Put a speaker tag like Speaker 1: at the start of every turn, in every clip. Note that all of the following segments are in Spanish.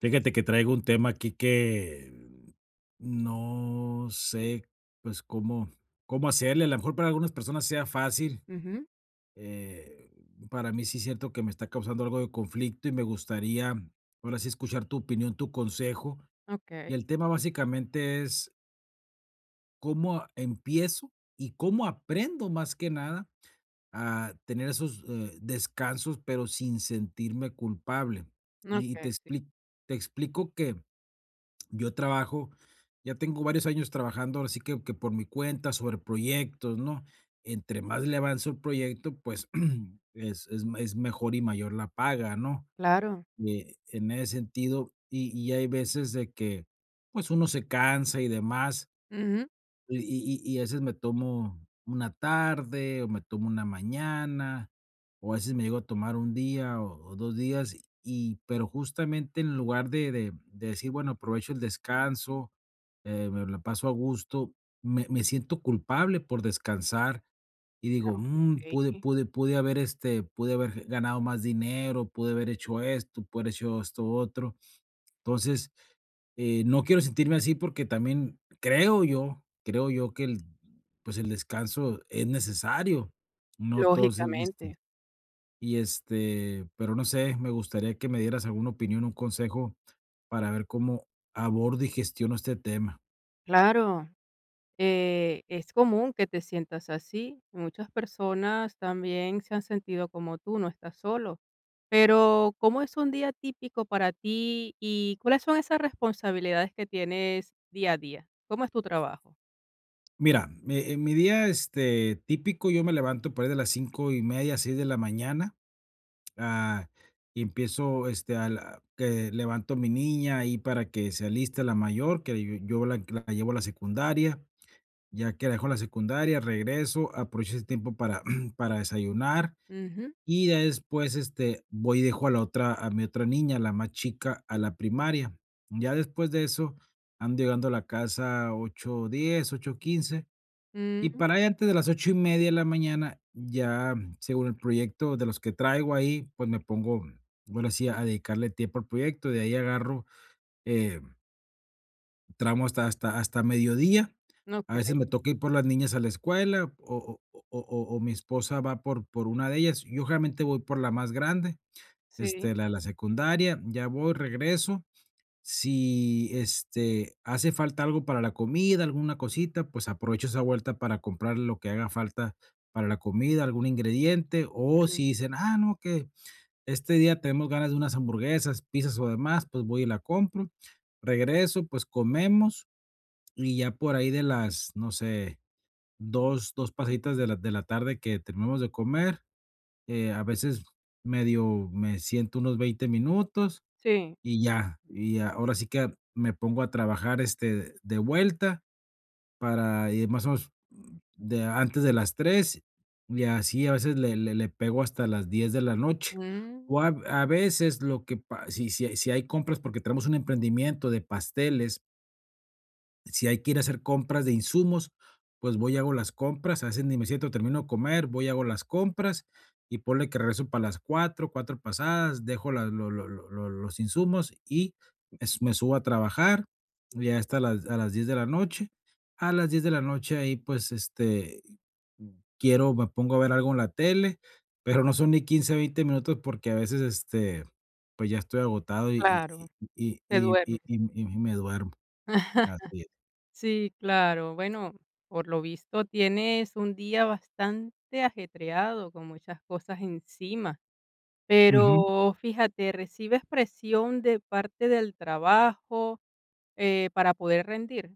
Speaker 1: Fíjate que traigo un tema aquí que no sé, pues, cómo hacerle. A lo mejor para algunas personas sea fácil,
Speaker 2: Ujú.
Speaker 1: eh, para mí sí siento que me está causando algo de conflicto y me gustaría, ahora sí, escuchar tu opinión, tu consejo.
Speaker 2: Okey,
Speaker 1: Y el tema básicamente es empiezo y cómo aprendo, más que nada, a tener esos, descansos, pero sin sentirme culpable. Y y te
Speaker 2: okey, sí,
Speaker 1: expli Te explico que yo trabajo, ya tengo varios años trabajando, ahora sí que por mi cuenta, sobre proyectos, ¿no? Entre más le avanzo el proyecto, pues es mejor y mayor la paga, ¿no?
Speaker 2: claro.
Speaker 1: En ese sentido, y hay veces de que, pues uno se cansa y demás,
Speaker 2: Ujú.
Speaker 1: y a veces me tomo una tarde, o me tomo una mañana, o a veces me llego a tomar un día, o 2 días, y pero justamente en lugar de decir: "Bueno, aprovecho el descanso, me la paso a gusto". Me siento culpable por descansar, y digo: "Mm,
Speaker 2: Okey,
Speaker 1: pude haber, pude haber ganado más dinero, pude haber hecho esto, pude haber hecho esto otro". Entonces, no quiero sentirme así porque también creo yo que el, pues el descanso es necesario. No todos,
Speaker 2: lógicamente,
Speaker 1: y pero no sé, me gustaría que me dieras alguna opinión, un consejo para ver cómo abordo y gestiono este tema.
Speaker 2: claro. Es común que te sientas así. Muchas personas también se han sentido como tú, no estás solo. Pero, ¿cómo es un día típico para ti y cuáles son esas responsabilidades que tienes día a día? ¿Cómo es tu trabajo?
Speaker 1: Mira, en mi día típico, yo me levanto por ahí de las 5 y media, 6 de la mañana. Ah, y empiezo, a la que levanto a mi niña ahí para que se aliste la mayor, que yo la llevo a la secundaria, ya que la dejo en la secundaria, regreso, aprovecho ese tiempo para para desayunar,
Speaker 2: Ujú.
Speaker 1: y ya después, voy y dejo a la otra a mi otra niña, la más chica, a la primaria. Ya después de eso, ando llegando a la casa 8:10 8:15
Speaker 2: Mm,
Speaker 1: y para ahí antes de las 8:30 de la mañana, ya según el proyecto de los que traigo ahí, pues me pongo, bueno sí, a dedicarle tiempo al proyecto. De ahí agarro, eh, tramo hasta mediodía. A veces me
Speaker 2: okey,
Speaker 1: toca ir por las niñas a la escuela o mi esposa va por una de ellas. Yo generalmente voy por la más grande,
Speaker 2: sí,
Speaker 1: la de la secundaria, ya voy, regreso si, hace falta algo para la comida, alguna cosita, pues aprovecho esa vuelta para comprar lo que haga falta para la comida, algún ingrediente, o
Speaker 2: mm,
Speaker 1: si dicen, ah, no, que este día tenemos ganas de unas hamburguesas, pizzas o demás, pues voy y la compro, regreso, pues comemos y ya por ahí de las, no sé, dos, dos pasitas de la tarde que terminamos de comer, a veces medio me siento unos 20 minutos
Speaker 2: sí,
Speaker 1: y ya, ahora sí que me pongo a trabajar, de vuelta para ir más o menos de antes de las 3 y así a veces le pego hasta las 10 de la noche.
Speaker 2: mm,
Speaker 1: O a veces lo que pa si hay compras, porque tenemos un emprendimiento de pasteles. Si hay que ir a hacer compras de insumos, pues voy y hago las compras, a veces ni me siento, termino de comer, voy y hago las compras y ponle que regreso para las 4 4 pasadas, dejo los insumos y me subo a trabajar, ya hasta las, a las 10 de la noche. A las 10 de la noche ahí pues me pongo a ver algo en la tele, pero no son ni 15, 20 minutos porque a veces pues ya estoy agotado y, y,
Speaker 2: claro,
Speaker 1: y,
Speaker 2: te
Speaker 1: y, y-
Speaker 2: duermes.
Speaker 1: y- y- y me duermo. Así
Speaker 2: Sí, claro. Bueno, por lo visto tienes un día bastante ajetreado con muchas cosas encima,
Speaker 1: es.
Speaker 2: pero fíjate, ¿recibes presión de parte del trabajo, para poder rendir?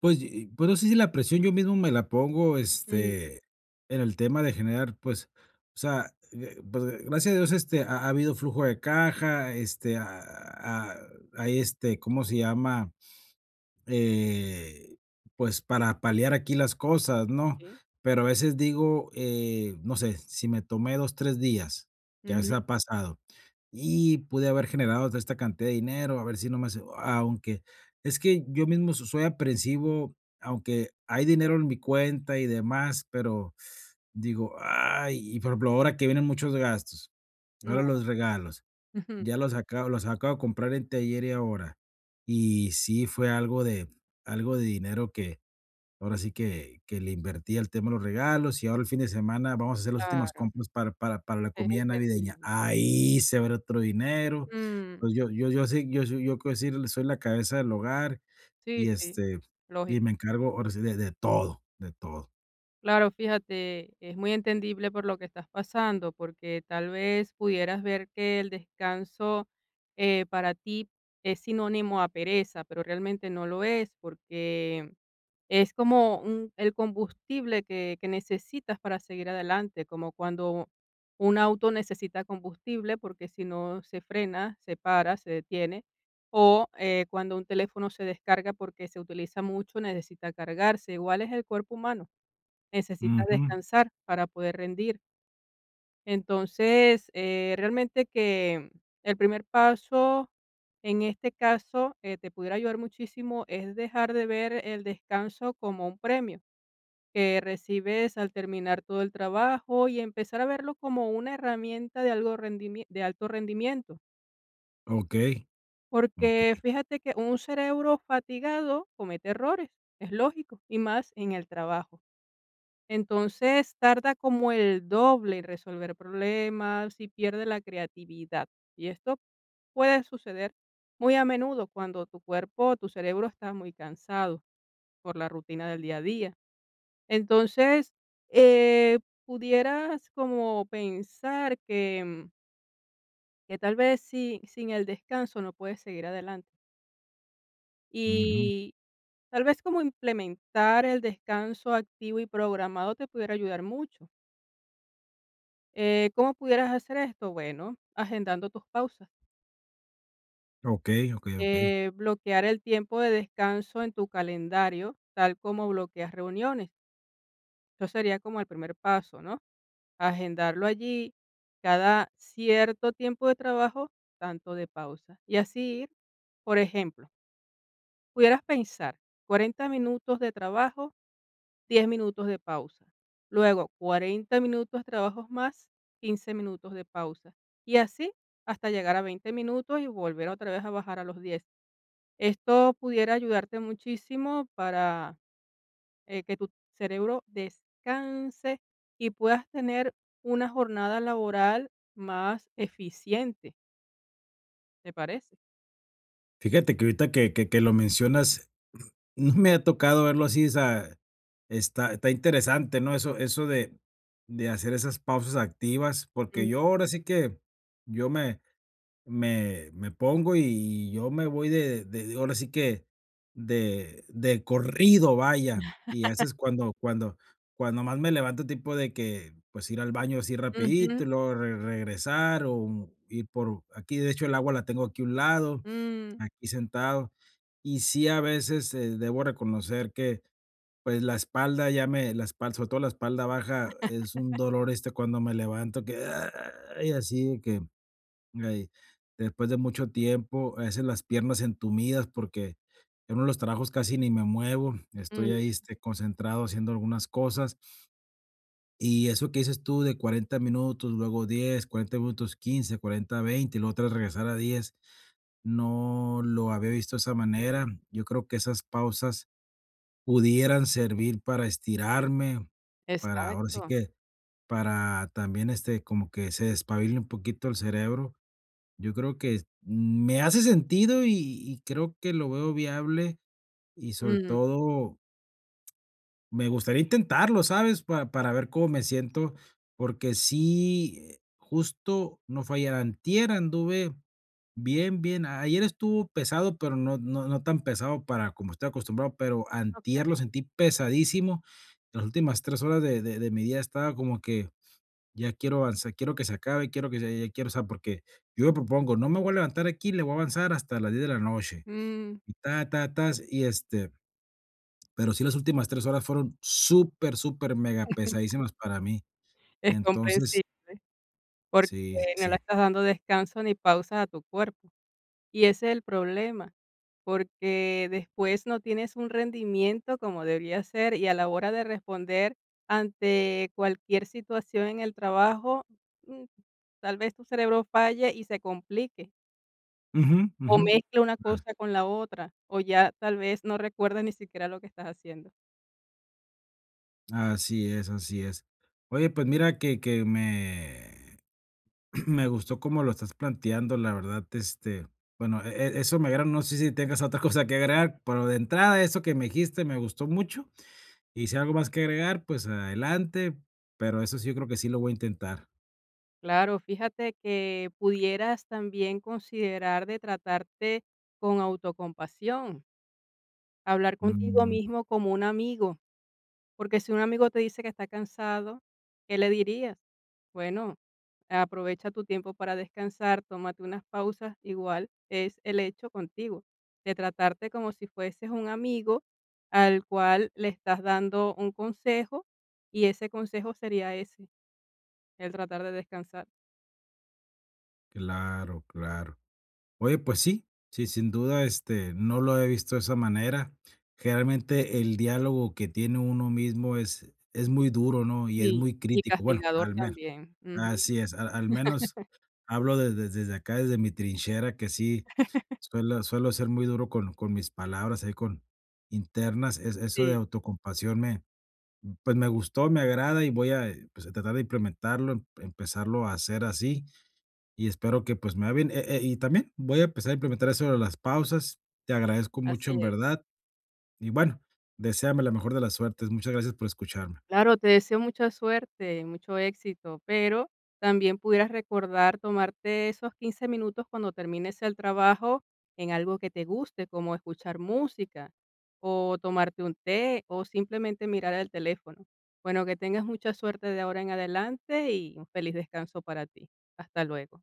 Speaker 1: Pues, pues, no sé si la presión yo mismo me la pongo,
Speaker 2: Mm,
Speaker 1: en el tema de generar, pues, o sea, pues, gracias a Dios, ha habido flujo de caja, este, ha ha hay, ¿cómo se llama? Eh, pues, para paliar aquí las cosas, ¿no?
Speaker 2: sí.
Speaker 1: Pero a veces digo, no sé, si me tomé 2, 3 días, que a veces
Speaker 2: Ujú.
Speaker 1: ha pasado, y pude haber generado hasta esta cantidad de dinero, a ver si no me hace aunque es que yo mismo soy aprensivo, aunque hay dinero en mi cuenta y demás, pero digo: "Ay", y por ejemplo, ahora que vienen muchos gastos,
Speaker 2: No,
Speaker 1: ahora los regalos,
Speaker 2: ujú,
Speaker 1: ya los acabo de comprar entre ayer y ahora. Y sí, fue algo de dinero que ahora sí que le invertí al tema de los regalos, y ahora el fin de semana vamos a hacer las últimas
Speaker 2: claro,
Speaker 1: compras para la
Speaker 2: es
Speaker 1: comida navideña.
Speaker 2: entendible.
Speaker 1: Ahí se va otro dinero.
Speaker 2: Mm,
Speaker 1: Pues yo sí, yo quiero decir, soy la cabeza del hogar
Speaker 2: sí,
Speaker 1: y,
Speaker 2: sí,
Speaker 1: y
Speaker 2: lógico.
Speaker 1: me encargo ahora sí de todo, de todo.
Speaker 2: Claro, fíjate, es muy entendible por lo que estás pasando, porque tal vez pudieras ver que el descanso para ti es sinónimo a pereza, pero realmente no lo es, porque es como el combustible que necesitas para seguir adelante, como cuando un auto necesita combustible, porque si no se frena, se para, se detiene, o cuando un teléfono se descarga porque se utiliza mucho, necesita cargarse, igual es el cuerpo humano. Necesita
Speaker 1: Ujú.
Speaker 2: descansar para poder rendir. Entonces, realmente que el primer paso, en este caso, te pudiera ayudar muchísimo, es dejar de ver el descanso como un premio que recibes al terminar todo el trabajo y empezar a verlo como una herramienta de, de alto rendimiento.
Speaker 1: Okey, okey.
Speaker 2: Porque fíjate que un cerebro fatigado comete errores, es lógico, y más en el trabajo. Entonces, tarda como el doble en resolver problemas y pierde la creatividad. Y esto puede suceder muy a menudo cuando tu cuerpo o tu cerebro está muy cansado por la rutina del día a día. Entonces, eh, pudieras como pensar que, que tal vez sin el descanso no puedes seguir adelante.
Speaker 1: Ujú.
Speaker 2: Y tal vez como implementar el descanso activo y programado te pudiera ayudar mucho. ¿Cómo pudieras hacer esto? Bueno, agendando tus pausas.
Speaker 1: Okey, okey, okey.
Speaker 2: Bloquear el tiempo de descanso en tu calendario, tal como bloqueas reuniones. Eso sería como el primer paso, ¿no? Agendarlo allí cada cierto tiempo de trabajo, tanto de pausa. Y así ir, por ejemplo, pudieras pensar 40 minutos de trabajo, 10 minutos de pausa. Luego 40 minutos trabajos más, 15 minutos de pausa. Y así hasta llegar a 20 minutos y volver otra vez a bajar a los 10. Esto pudiera ayudarte muchísimo para que tu cerebro descanse y puedas tener una jornada laboral más eficiente, ¿te parece?
Speaker 1: Fíjate que ahorita que lo mencionas, no me ha tocado verlo así, o sea, está interesante, ¿no? Eso de hacer esas pausas activas,
Speaker 2: Mm,
Speaker 1: porque yo ahora sí que yo me pongo y yo me voy ahora sí que de corrido, vaya, y haces cuando más me levanto tipo de que, pues, ir al baño así
Speaker 2: ujú,
Speaker 1: rapidito y luego re regresar o ir por aquí, de hecho, el agua la tengo aquí a un lado,
Speaker 2: mm,
Speaker 1: aquí sentado. Y sí, a veces, debo reconocer que, pues, la espalda ya me la espal sobre todo la espalda baja, es un dolor, cuando me levanto que, ah, y así que, ay, después de mucho tiempo, a veces las piernas entumidas, porque en uno de los trabajos casi ni me muevo, estoy
Speaker 2: mm,
Speaker 1: ahí, concentrado haciendo algunas cosas. Y eso que dices tú de 40 minutos, luego 10 40 minutos, 15 40 20 y luego otra regresar a 10, no lo había visto de esa manera. Yo creo que esas pausas pudieran servir para estirarme, para ahora sí
Speaker 2: exacto.
Speaker 1: que, para también como que se despabile un poquito el cerebro. Yo creo que me hace sentido y creo que lo veo viable y sobre
Speaker 2: Mm,
Speaker 1: todo me gustaría intentarlo, ¿sabes? Pa Para ver cómo me siento, porque sí, justo no fue ayer, antier anduve bien. Ayer estuvo pesado, pero no tan pesado para como estoy acostumbrado, pero antier
Speaker 2: ok.
Speaker 1: lo sentí pesadísimo. Las últimas 3 horas de mi día estaba como que ya quiero avanzar, quiero que se acabe, quiero que se ya quiero, o sea, porque yo me propongo, no me voy a levantar aquí, le voy a avanzar hasta las 10 de la noche,
Speaker 2: Mm,
Speaker 1: y ta, ta, tas, y pero sí las últimas 3 horas fueron súper, súper mega pesadísimas para mí.
Speaker 2: es
Speaker 1: Entonces,
Speaker 2: comprensible. Porque
Speaker 1: sí,
Speaker 2: no le
Speaker 1: sí.
Speaker 2: estás dando descanso ni pausas a tu cuerpo. Y ese es el problema, porque después no tienes un rendimiento como debería ser y a la hora de responder ante cualquier situación en el trabajo, mm, tal vez tu cerebro falle y se complique.
Speaker 1: Ujú,
Speaker 2: O
Speaker 1: ujú.
Speaker 2: mezcla una cosa con la otra, o ya tal vez no recuerdas ni siquiera lo que estás haciendo.
Speaker 1: Ah, así es, así es. Oye, pues mira que me me gustó cómo lo estás planteando, la verdad, bueno, eso me agrada, no sé si tengas otra cosa que agregar, pero de entrada eso que me dijiste me gustó mucho, y si hay algo más que agregar, pues adelante, pero eso sí, yo creo que sí lo voy a intentar.
Speaker 2: Claro, fíjate que pudieras también considerar de tratarte con autocompasión, hablar contigo
Speaker 1: Mm,
Speaker 2: mismo como un amigo. Porque si un amigo te dice que está cansado, ¿qué le dirías? Bueno, aprovecha tu tiempo para descansar, tómate unas pausas, igual es el hecho contigo, de tratarte como si fueses un amigo al cual le estás dando un consejo y ese consejo sería ese, el tratar de descansar.
Speaker 1: claro, claro. Oye, pues sí, sí, sin duda, no lo he visto de esa manera. Generalmente el diálogo que tiene uno mismo es muy duro, ¿no? Y es
Speaker 2: Sí.
Speaker 1: muy
Speaker 2: Y
Speaker 1: crítico. Bueno,
Speaker 2: castigador
Speaker 1: al menos,
Speaker 2: también. Ujú,
Speaker 1: así es, al menos hablo desde acá, desde mi trinchera, que sí, suelo ser muy duro con mis palabras, ahí con internas. Eso de
Speaker 2: sí,
Speaker 1: autocompasión me, pues me gustó, me agrada y voy a pues, a tratar de implementarlo, empezarlo a hacer así. Y espero que, pues, me va bien, y también voy a empezar a implementar eso de las pausas. Te agradezco mucho,
Speaker 2: así
Speaker 1: en
Speaker 2: es.
Speaker 1: verdad. Y bueno, deséame la mejor de las suertes. Muchas gracias por escucharme.
Speaker 2: Claro, te deseo mucha suerte, mucho éxito, pero también pudieras recordar tomarte esos 15 minutos cuando termines el trabajo en algo que te guste, como escuchar música o tomarte un té o simplemente mirar el teléfono. Bueno, que tengas mucha suerte de ahora en adelante y un feliz descanso para ti. Hasta luego.